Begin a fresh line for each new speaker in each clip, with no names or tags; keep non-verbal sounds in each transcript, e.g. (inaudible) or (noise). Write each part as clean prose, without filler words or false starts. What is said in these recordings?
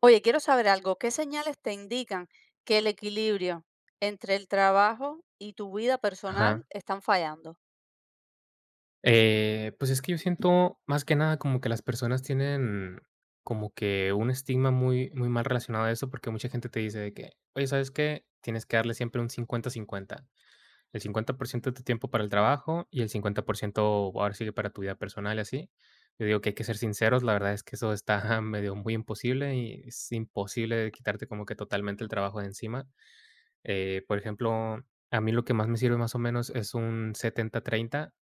Oye, quiero saber algo. ¿Qué señales te indican que el equilibrio entre el trabajo y tu vida personal
Ajá.
están fallando?
Pues es que yo siento más que nada como que las personas tienen como que un estigma muy, muy mal relacionado a eso, porque mucha gente te dice de que, oye, ¿sabes qué? Tienes que darle siempre un 50-50, el 50% de tu tiempo para el trabajo y el 50% ahora sigue para tu vida personal y así. Yo digo que hay que ser sinceros, la verdad es que eso está (laughs) medio muy imposible y es imposible quitarte como que totalmente el trabajo de encima. Por ejemplo, a mí lo que más me sirve más o menos es un 70-30.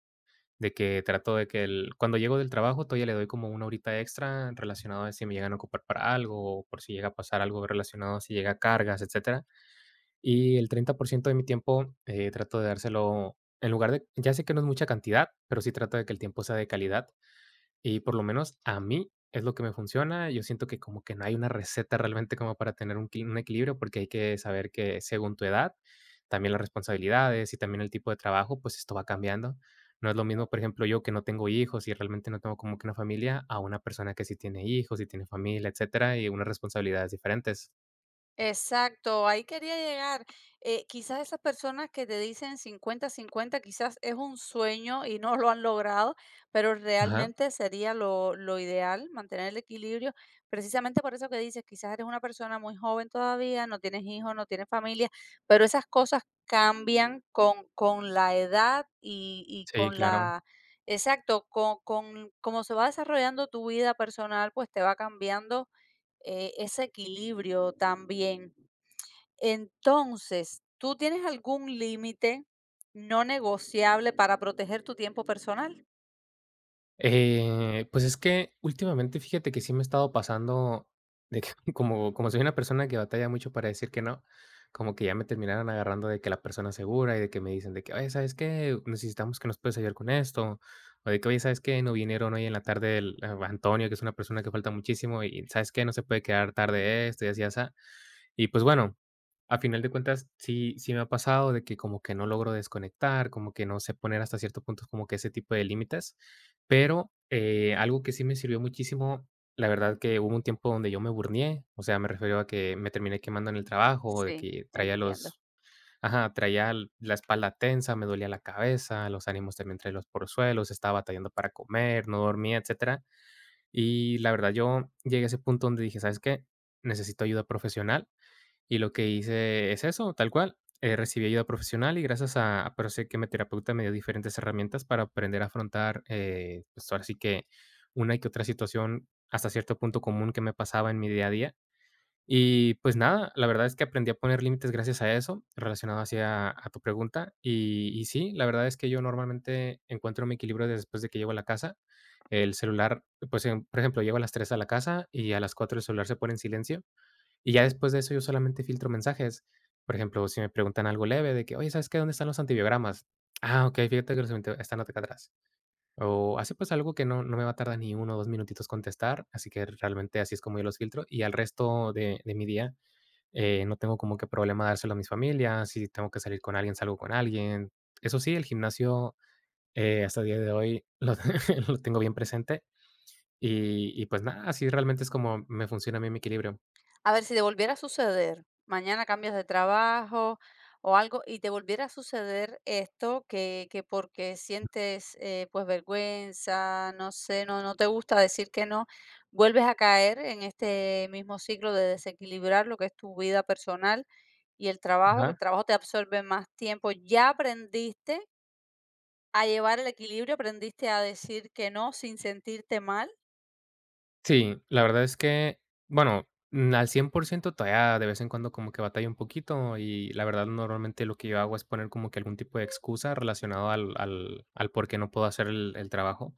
De que trato de que el cuando llego del trabajo, todavía le doy como una horita extra relacionado a si me llegan a ocupar para algo, o por si llega a pasar algo relacionado, si llega cargas, etcétera. Y el 30% de mi tiempo, trato de dárselo en lugar de ya sé que no es mucha cantidad, pero sí trato de que el tiempo sea de calidad. Y por lo menos a mí es lo que me funciona. Yo siento que como que no hay una receta realmente como para tener un, un equilibrio porque hay que saber que según tu edad, también las responsabilidades y también el tipo de trabajo, pues esto va cambiando. No es lo mismo, por ejemplo, yo que no tengo hijos y realmente no tengo como que una familia, a una persona que sí tiene hijos y tiene familia, etcétera, y unas responsabilidades diferentes.
Exacto, ahí quería llegar. Quizás esas personas que te dicen 50-50, quizás es un sueño y no lo han logrado, pero
Ajá.
realmente sería lo ideal mantener el equilibrio. Precisamente por eso que dices, quizás eres una persona muy joven todavía, no tienes hijos, no tienes familia, pero esas cosas cambian con la edad y
Sí,
con
claro.
la... Exacto, con cómo se va desarrollando tu vida personal, pues te va cambiando ese equilibrio también. Entonces, ¿tú tienes algún límite no negociable para proteger tu tiempo personal?
Pues es que últimamente fíjate que sí me he estado pasando de que (laughs) como soy una persona que batalla mucho para decir que no, como que ya me terminaron agarrando de que la persona segura y de que me dicen de que: "Oye, ¿sabes qué? Necesitamos que nos puedes ayudar con esto", o de que: "Oye, ¿sabes qué? No vinieron hoy en la tarde el Antonio", que es una persona que falta muchísimo, y: "¿Sabes qué? No se puede quedar tarde esto", y así, así. Y pues bueno, a final de cuentas, sí me ha pasado de que como que no logro desconectar, como que no sé poner hasta cierto punto como que ese tipo de límites, pero, algo que sí me sirvió muchísimo, la verdad que hubo un tiempo donde yo me burneé, o sea, me refiero a que me terminé quemando en el trabajo, de
Sí,
que traía
entiendo.
los, ajá, traía la espalda tensa, me dolía la cabeza, los ánimos también traía los por suelos, estaba batallando para comer, no dormía, etcétera. Y la verdad yo llegué a ese punto donde dije: "¿Sabes qué? Necesito ayuda profesional". Y lo que hice es eso, tal cual. Recibí ayuda profesional y gracias a, pero sé que mi terapeuta me dio diferentes herramientas para aprender a afrontar, pues ahora sí que una que otra situación hasta cierto punto común que me pasaba en mi día a día. Y pues nada, la verdad es que aprendí a poner límites gracias a eso, relacionado hacia a tu pregunta. Y sí, la verdad es que yo normalmente encuentro mi equilibrio después de que llego a la casa. El celular, pues por ejemplo, llego a las 3 a la casa y a las 4 el celular se pone en silencio y ya después de eso, yo solamente filtro mensajes. Por ejemplo, si me preguntan algo leve de que: "Oye, ¿sabes qué? ¿Dónde están los antibiogramas?". Ah, okey, fíjate que los anti están acá atrás. O así, pues, algo que no me va a tardar ni uno o 2 minutitos contestar, así que realmente así es como yo los filtro. Y al resto de mi día, no tengo como que problema dárselo a mis familias, si tengo que salir con alguien, salgo con alguien. Eso sí, el gimnasio, hasta el día de hoy lo (laughs) lo tengo bien presente y, pues, nada, así realmente es como me funciona a mí mi equilibrio.
A ver, si te volviera a suceder, mañana cambias de trabajo o algo y te volviera a suceder esto que porque sientes pues vergüenza, no sé, no te gusta decir que no, vuelves a caer en este mismo ciclo de desequilibrar lo que es tu vida personal y el trabajo, que
Ajá.
el trabajo te absorbe más tiempo. Ya aprendiste a llevar el equilibrio, aprendiste a decir que no sin sentirte mal.
Sí, la verdad es que, bueno, mm, al 100% todavía de vez en cuando como que batalla un poquito y la verdad normalmente lo que yo hago es poner como que algún tipo de excusa relacionado al por qué no puedo hacer el trabajo.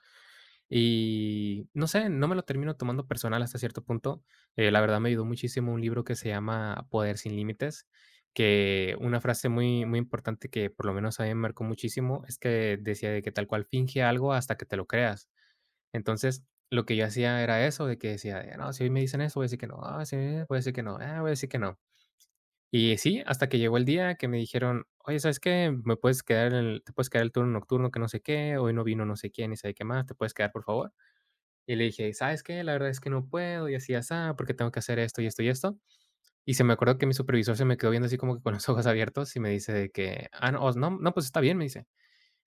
Y no sé, no me lo termino tomando personal hasta cierto punto. La verdad me ayudó muchísimo un libro que se llama Poder sin Límites, que una frase muy, muy importante que por lo menos a mí me marcó muchísimo es que decía de que tal cual finge algo hasta que te lo creas. Entonces, lo que yo hacía era eso, de que decía: de, "No, si hoy me dicen eso, voy a decir que no, ah, sí, voy a decir que no, ah, voy a decir que no". Y sí, hasta que llegó el día que me dijeron: "Oye, ¿sabes qué? Me puedes quedar el te puedes quedar el turno nocturno que no sé qué, hoy no vino no sé quién y sabe qué más, ¿te puedes quedar, por favor?". Y le dije: "¿Sabes qué? La verdad es que no puedo y así y porque tengo que hacer esto y esto y esto". Y se me acordó que mi supervisor se me quedó viendo así como que con los (laughs) ojos abiertos y me dice de que: "Ah, no, no, no, pues está bien", me dice.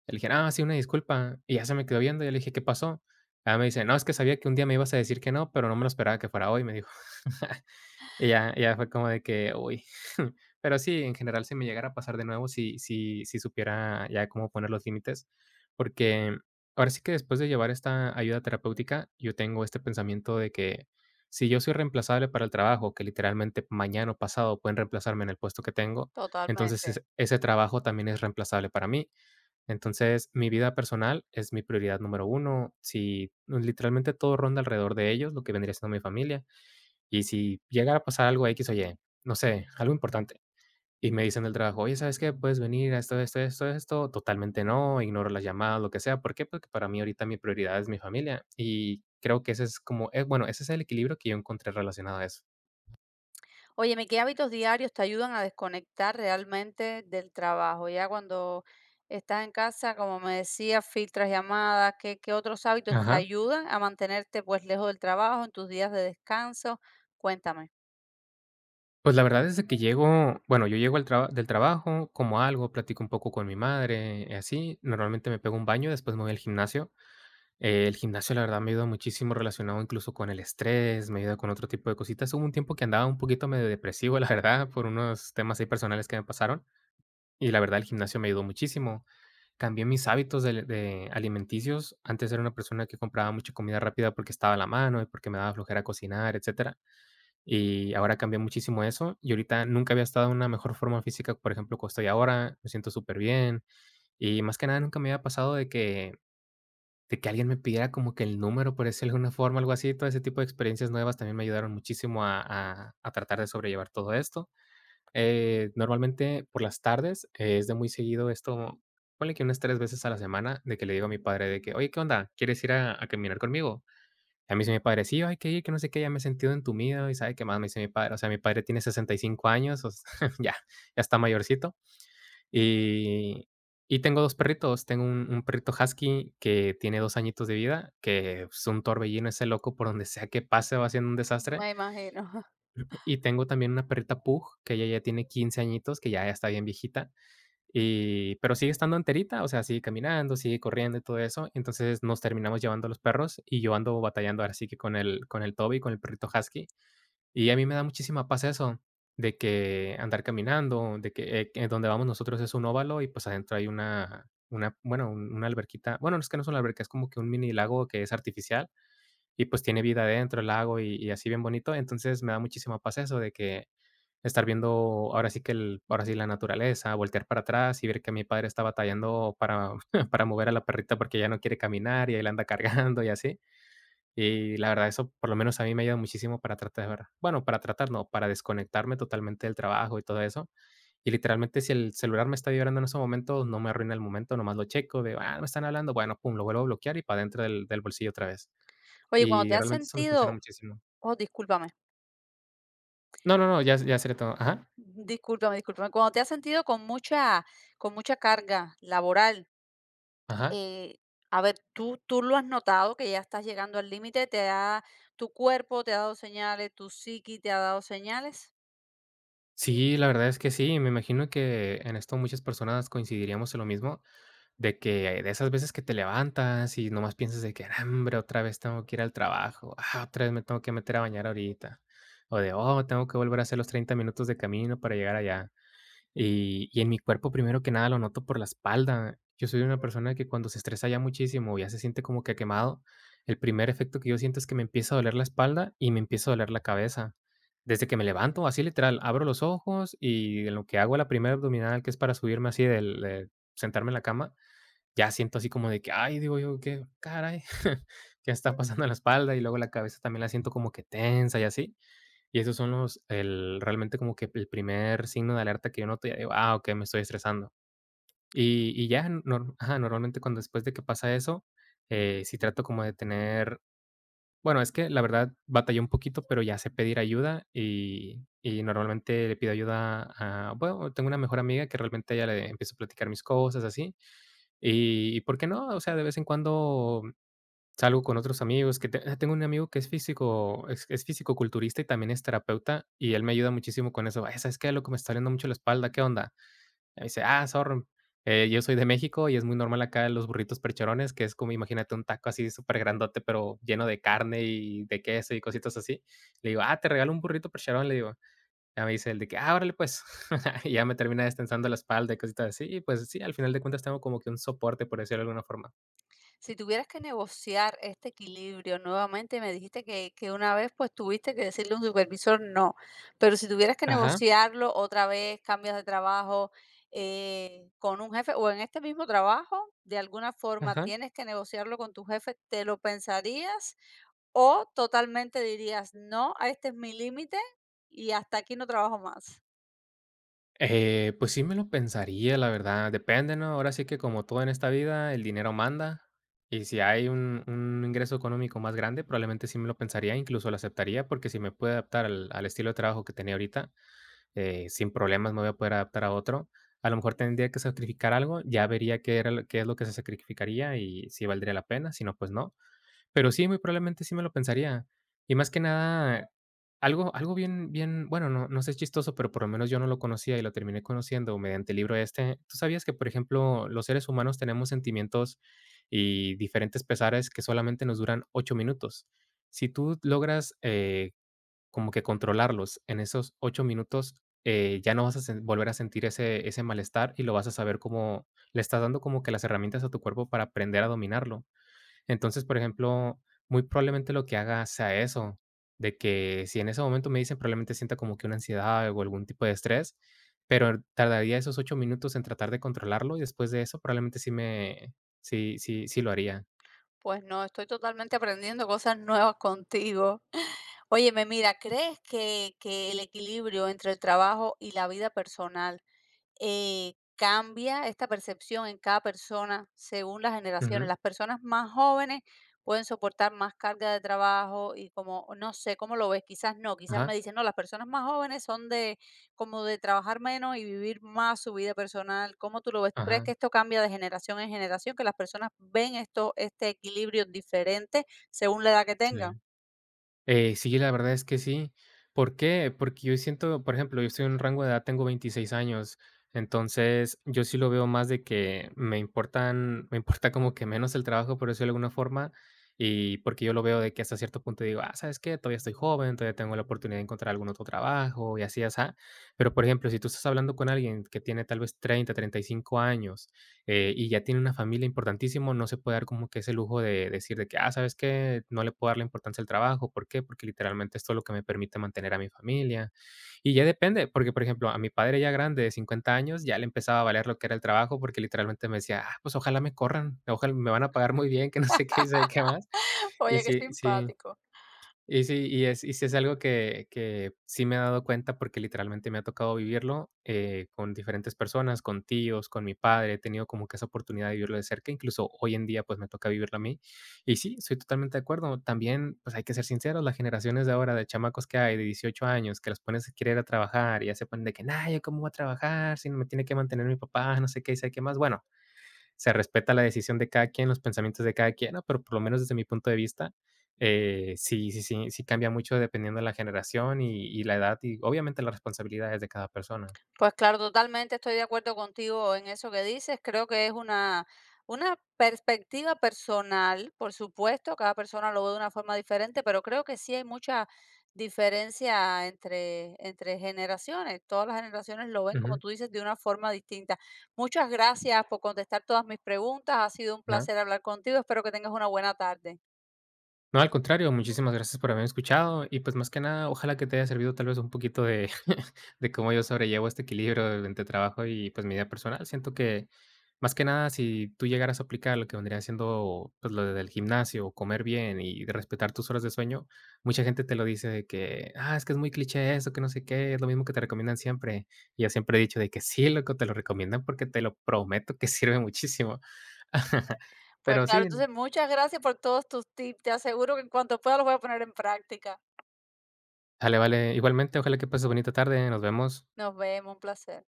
Le dije: "Ah, sí, una disculpa", y ya se me quedó viendo, y yo le dije: "¿Qué pasó?". Ah, me dice: "No, es que sabía que un día me ibas a decir que no, pero no me lo esperaba que fuera hoy", me dijo. (laughs) Y ya fue como de que, uy. (laughs) Pero sí, en general, si me llegara a pasar de nuevo, si supiera ya cómo poner los límites, porque ahora sí que después de llevar esta ayuda terapéutica, yo tengo este pensamiento de que si yo soy reemplazable para el trabajo, que literalmente mañana o pasado pueden reemplazarme en el puesto que tengo, entonces
Totalmente.
ese trabajo también es reemplazable para mí. Entonces, mi vida personal es mi prioridad número uno. Si pues, literalmente todo ronda alrededor de ellos, lo que vendría siendo mi familia. Y si llegara a pasar algo X o Y, no sé, algo importante, y me dicen del trabajo: "Oye, ¿sabes qué? Puedes venir a esto, esto, esto, esto". Totalmente no, ignoro las llamadas, lo que sea. ¿Por qué? Porque para mí ahorita mi prioridad es mi familia, y creo que ese es como, bueno, ese es el equilibrio que yo encontré relacionado a eso.
Óyeme, ¿qué hábitos diarios te ayudan a desconectar realmente del trabajo? Ya cuando estás en casa, como me decía, filtras llamadas, ¿qué, qué otros hábitos te
Ajá.
ayudan a mantenerte pues lejos del trabajo en tus días de descanso? Cuéntame.
Pues la verdad es que llego, bueno, yo llego al traba del trabajo, como algo, platico un poco con mi madre, así. Normalmente me pego un baño, después me voy al gimnasio. El gimnasio, la verdad, me ayuda muchísimo relacionado incluso con el estrés, me ayuda con otro tipo de cositas. Hubo un tiempo que andaba un poquito medio depresivo, (laughs) la verdad, por unos temas ahí personales que me pasaron, y la verdad el gimnasio me ayudó muchísimo. Cambié mis hábitos del de alimenticios. Antes era una persona que compraba mucha comida rápida porque estaba a la mano y porque me daba flojera cocinar, etcétera. Y ahora cambió muchísimo eso, y ahorita nunca había estado en una mejor forma física, por ejemplo, como estoy ahora, me siento súper bien. Y más que nada nunca me había pasado de que alguien me pidiera como que el número, por decirlo de alguna forma, algo así, todo ese tipo de experiencias nuevas también me ayudaron muchísimo a tratar de sobrellevar todo esto. Normalmente por las tardes es de muy seguido esto, ponle que unas 3 veces a la semana, de que le digo a mi padre de que: "Oye, ¿qué onda? ¿Quieres ir a caminar conmigo?". A mí sí mi padre: "Sí, hay que ir, que no sé qué", ya me he sentido entumido, y sabe qué más, me dice mi padre, o sea, mi padre tiene 65 años, o s (laughs) ya, ya está mayorcito. Y tengo 2 perritos, tengo un perrito husky que tiene 2 añitos de vida, que es un torbellino ese loco, por donde sea que pase va haciendo un desastre.
Me imagino. (laughs)
Y tengo también una perrita pug, que ella ya tiene 15 añitos, que ya está bien viejita, y pero sigue estando enterita, o sea, sigue caminando, sigue corriendo y todo eso. Entonces, nos terminamos llevando los perros y yo ando batallando ahora sí que con el Toby, con el perrito husky. Y a mí me da muchísima paz eso, de que andar caminando, de que donde vamos nosotros es un óvalo y, pues, adentro hay una, bueno, un una alberquita. Bueno, no es una alberca, es como que un mini lago que es artificial y, pues, tiene vida adentro el lago y así bien bonito. Entonces, me da muchísima paz eso de que estar viendo ahora sí la naturaleza, voltear para atrás y ver que mi padre está batallando para (laughs) para mover a la perrita porque ya no quiere caminar y él anda (laughs) cargando y así. Y la verdad, eso por lo menos a mí me ayuda muchísimo para tratar no, para desconectarme totalmente del trabajo y todo eso. Y literalmente, si el celular me está vibrando en esos momentos, no me arruina el momento, nomás lo checo de: "Ah, me están hablando", bueno, pum, lo vuelvo a bloquear y para dentro del bolsillo otra vez.
Oye, cuando te
Y
has
realmente eso me funciona
sentido,
muchísimo.
oh, discúlpame.
No, no, no, ya ya sería todo. Ajá,
Discúlpame, discúlpame. Cuando te has sentido con mucha carga laboral,
ajá.
eh, a ver, tú lo has notado que ya estás llegando al límite, te ha, tu cuerpo te ha dado señales, tu psiqui te ha dado señales.
Sí, la verdad es que sí, me imagino que en esto muchas personas coincidiríamos en lo mismo, de que de esas veces que te levantas y nomás piensas de que: "Ah, hombre, otra vez tengo que ir al trabajo, ah, otra vez me tengo que meter a bañar ahorita, o de, oh, tengo que volver a hacer los 30 minutos de camino para llegar allá". Y en mi cuerpo, primero que nada, lo noto por la espalda. Yo soy una persona que cuando se estresa ya muchísimo, ya se siente como que quemado. El primer efecto que yo siento es que me empieza a doler la espalda y me empieza a doler la cabeza. Desde que me levanto, así literal, abro los ojos y en lo que hago la primera abdominal, que es para subirme así del de sentarme en la cama, ya siento así como de que, ay, digo yo, qué, caray, (laughs) ¿qué está pasando en la espalda? Y luego la cabeza también la siento como que tensa y así. Y esos son los el realmente como que el primer signo de alerta que yo noto, ya digo: "Ah, okey, me estoy estresando". Y ya, nor ajá, normalmente cuando después de que pasa eso, sí trato como de tener bueno, es que la verdad batallé un poquito, pero ya sé pedir ayuda y normalmente le pido ayuda a bueno, tengo una mejor amiga que realmente a ella le empiezo a platicar mis cosas así, y, ¿por qué no? O sea, de vez en cuando salgo con otros amigos tengo un amigo que es físico, es culturista y también es terapeuta, y él me ayuda muchísimo con eso. "Ay, ¿sabes qué, loco? Me está doliendo mucho la espalda, ¿qué onda?". Me dice: "Ah, sorry, yo soy de México y es muy normal acá los burritos percherones", que es como, imagínate, un taco así súper grandote pero lleno de carne y de queso y cositas así. Le digo: "Ah, te regalo un burrito percherón", le digo. Ya me dice el de que: "Ah, órale, pues". (laughs) Y ya me termina destensando la espalda y cositas así, y pues sí, al final de cuentas tengo como que un soporte, por decirlo de alguna forma.
Si tuvieras que negociar este equilibrio nuevamente, me dijiste que una vez pues tuviste que decirle a un supervisor no, pero si tuvieras que
Ajá,
negociarlo otra vez, cambias de trabajo con un jefe o en este mismo trabajo, de alguna forma
ajá.
tienes que negociarlo con tu jefe, ¿te lo pensarías o totalmente dirías no, este es mi límite y hasta aquí no trabajo más?
Pues sí me lo pensaría, la verdad. Depende, ¿no? Ahora sí que como todo en esta vida, el dinero manda. Y si hay un ingreso económico más grande, probablemente sí me lo pensaría, incluso lo aceptaría, porque si me puedo adaptar al estilo de trabajo que tenía ahorita, sin problemas me voy a poder adaptar a otro. A lo mejor tendría que sacrificar algo, ya vería qué era, qué es lo que se sacrificaría y si valdría la pena, si no, pues no. Pero sí, muy probablemente sí me lo pensaría. Y más que nada, algo bien, bueno, no sé, es chistoso, pero por lo menos yo no lo conocía y lo terminé conociendo mediante el libro este. ¿Tú sabías que, por ejemplo, los seres humanos tenemos sentimientos y diferentes pesares que solamente nos duran 8 minutos? Si tú logras, como que controlarlos en esos 8 minutos, ya no vas a sen volver a sentir ese malestar y lo vas a saber cómo le estás dando como que las herramientas a tu cuerpo para aprender a dominarlo. Entonces, por ejemplo, muy probablemente lo que haga sea eso, de que si en ese momento me dicen, probablemente sienta como que una ansiedad o algún tipo de estrés, pero tardaría esos 8 minutos en tratar de controlarlo y después de eso probablemente sí lo haría.
Pues no, estoy totalmente aprendiendo cosas nuevas contigo. Óyeme, mira, ¿crees que el equilibrio entre el trabajo y la vida personal cambia esta percepción en cada persona según las generaciones?
Ujú.
Las personas más jóvenes pueden soportar más carga de trabajo y como, no sé, ¿cómo lo ves? Quizás no, quizás me
Ajá,
dicen, no, las personas más jóvenes son de como de trabajar menos y vivir más su vida personal. ¿Cómo tú lo ves? ¿Tú crees
ajá,
que esto cambia de generación en generación, que las personas ven esto, este equilibrio diferente según la edad que tengan?
sí. Sí, la verdad es que sí. ¿Por qué? Porque yo siento, por ejemplo, yo estoy en un rango de edad, tengo 26 años, entonces yo sí lo veo más de que me importa como que menos el trabajo, por decirlo de alguna forma, y porque yo lo veo de que hasta cierto punto digo, ah, ¿sabes qué? Todavía estoy joven, todavía tengo la oportunidad de encontrar algún otro trabajo y así, así. Pero, por ejemplo, si tú estás hablando con alguien que tiene tal vez treinta y cinco años, y ya tiene una familia importantísimo, no se puede dar como que ese lujo de decir de que, ah, ¿sabes qué? No le puedo dar la importancia al trabajo. ¿Por qué? Porque literalmente esto es lo que me permite mantener a mi familia. Y ya depende, porque por ejemplo, a mi padre ya grande de 50 años, ya le empezaba a valer lo que era el trabajo, porque literalmente me decía, ah, pues ojalá me corran, ojalá me van a pagar muy bien, que no sé qué y sabe qué más.
(laughs)
Y
Oye, qué
sí, sí,
simpático.
y sí, y es y sí es algo que sí me he dado cuenta, porque literalmente me ha tocado vivirlo, con diferentes personas, con tíos, con mi padre, he tenido como que esa oportunidad de vivirlo de cerca, incluso hoy en día, pues, me toca vivirlo a mí. Y sí, estoy totalmente de acuerdo. También, pues, hay que ser sinceros, las generaciones de ahora, de chamacos que hay de 18 años, que los pones a querer ir a trabajar y ya se ponen de que: "nah, ¿yo cómo voy a trabajar si no me tiene que mantener mi papá?", no sé qué y sé qué más. Bueno, se respeta la decisión de cada quien, los pensamientos de cada quien, ¿no? Pero por lo menos desde mi punto de vista, sí cambia mucho dependiendo de la generación y la edad y obviamente las responsabilidades de cada persona.
Pues claro, totalmente estoy de acuerdo contigo en eso que dices. Creo que es una perspectiva personal, por supuesto, cada persona lo ve de una forma diferente, pero creo que sí hay mucha diferencia entre generaciones. Todas las generaciones lo ven, como
Ujú,
tú dices, de una forma distinta. Muchas gracias por contestar todas mis preguntas. Ha sido un
ajá.
placer hablar contigo. Espero que tengas una buena tarde.
No, al contrario, muchísimas gracias por haberme escuchado y pues más que nada, ojalá que te haya servido tal vez un poquito de, (laughs) de cómo yo sobrellevo este equilibrio entre trabajo y pues mi vida personal. Siento que más que nada, si tú llegaras a aplicar lo que vendría siendo pues lo del gimnasio, comer bien y de respetar tus horas de sueño, mucha gente te lo dice de que, ah, es que es muy cliché eso, que no sé qué, es lo mismo que te recomiendan siempre. Y yo siempre he dicho de que sí, loco, te lo recomiendan porque te lo prometo que sirve muchísimo. (laughs)
Pues
Pero
claro,
sí,
entonces muchas gracias por todos tus tips. Te aseguro que en cuanto pueda los voy a poner en práctica.
vale, vale. Igualmente, ojalá que pases bonita tarde. Nos vemos.
Nos vemos, un placer.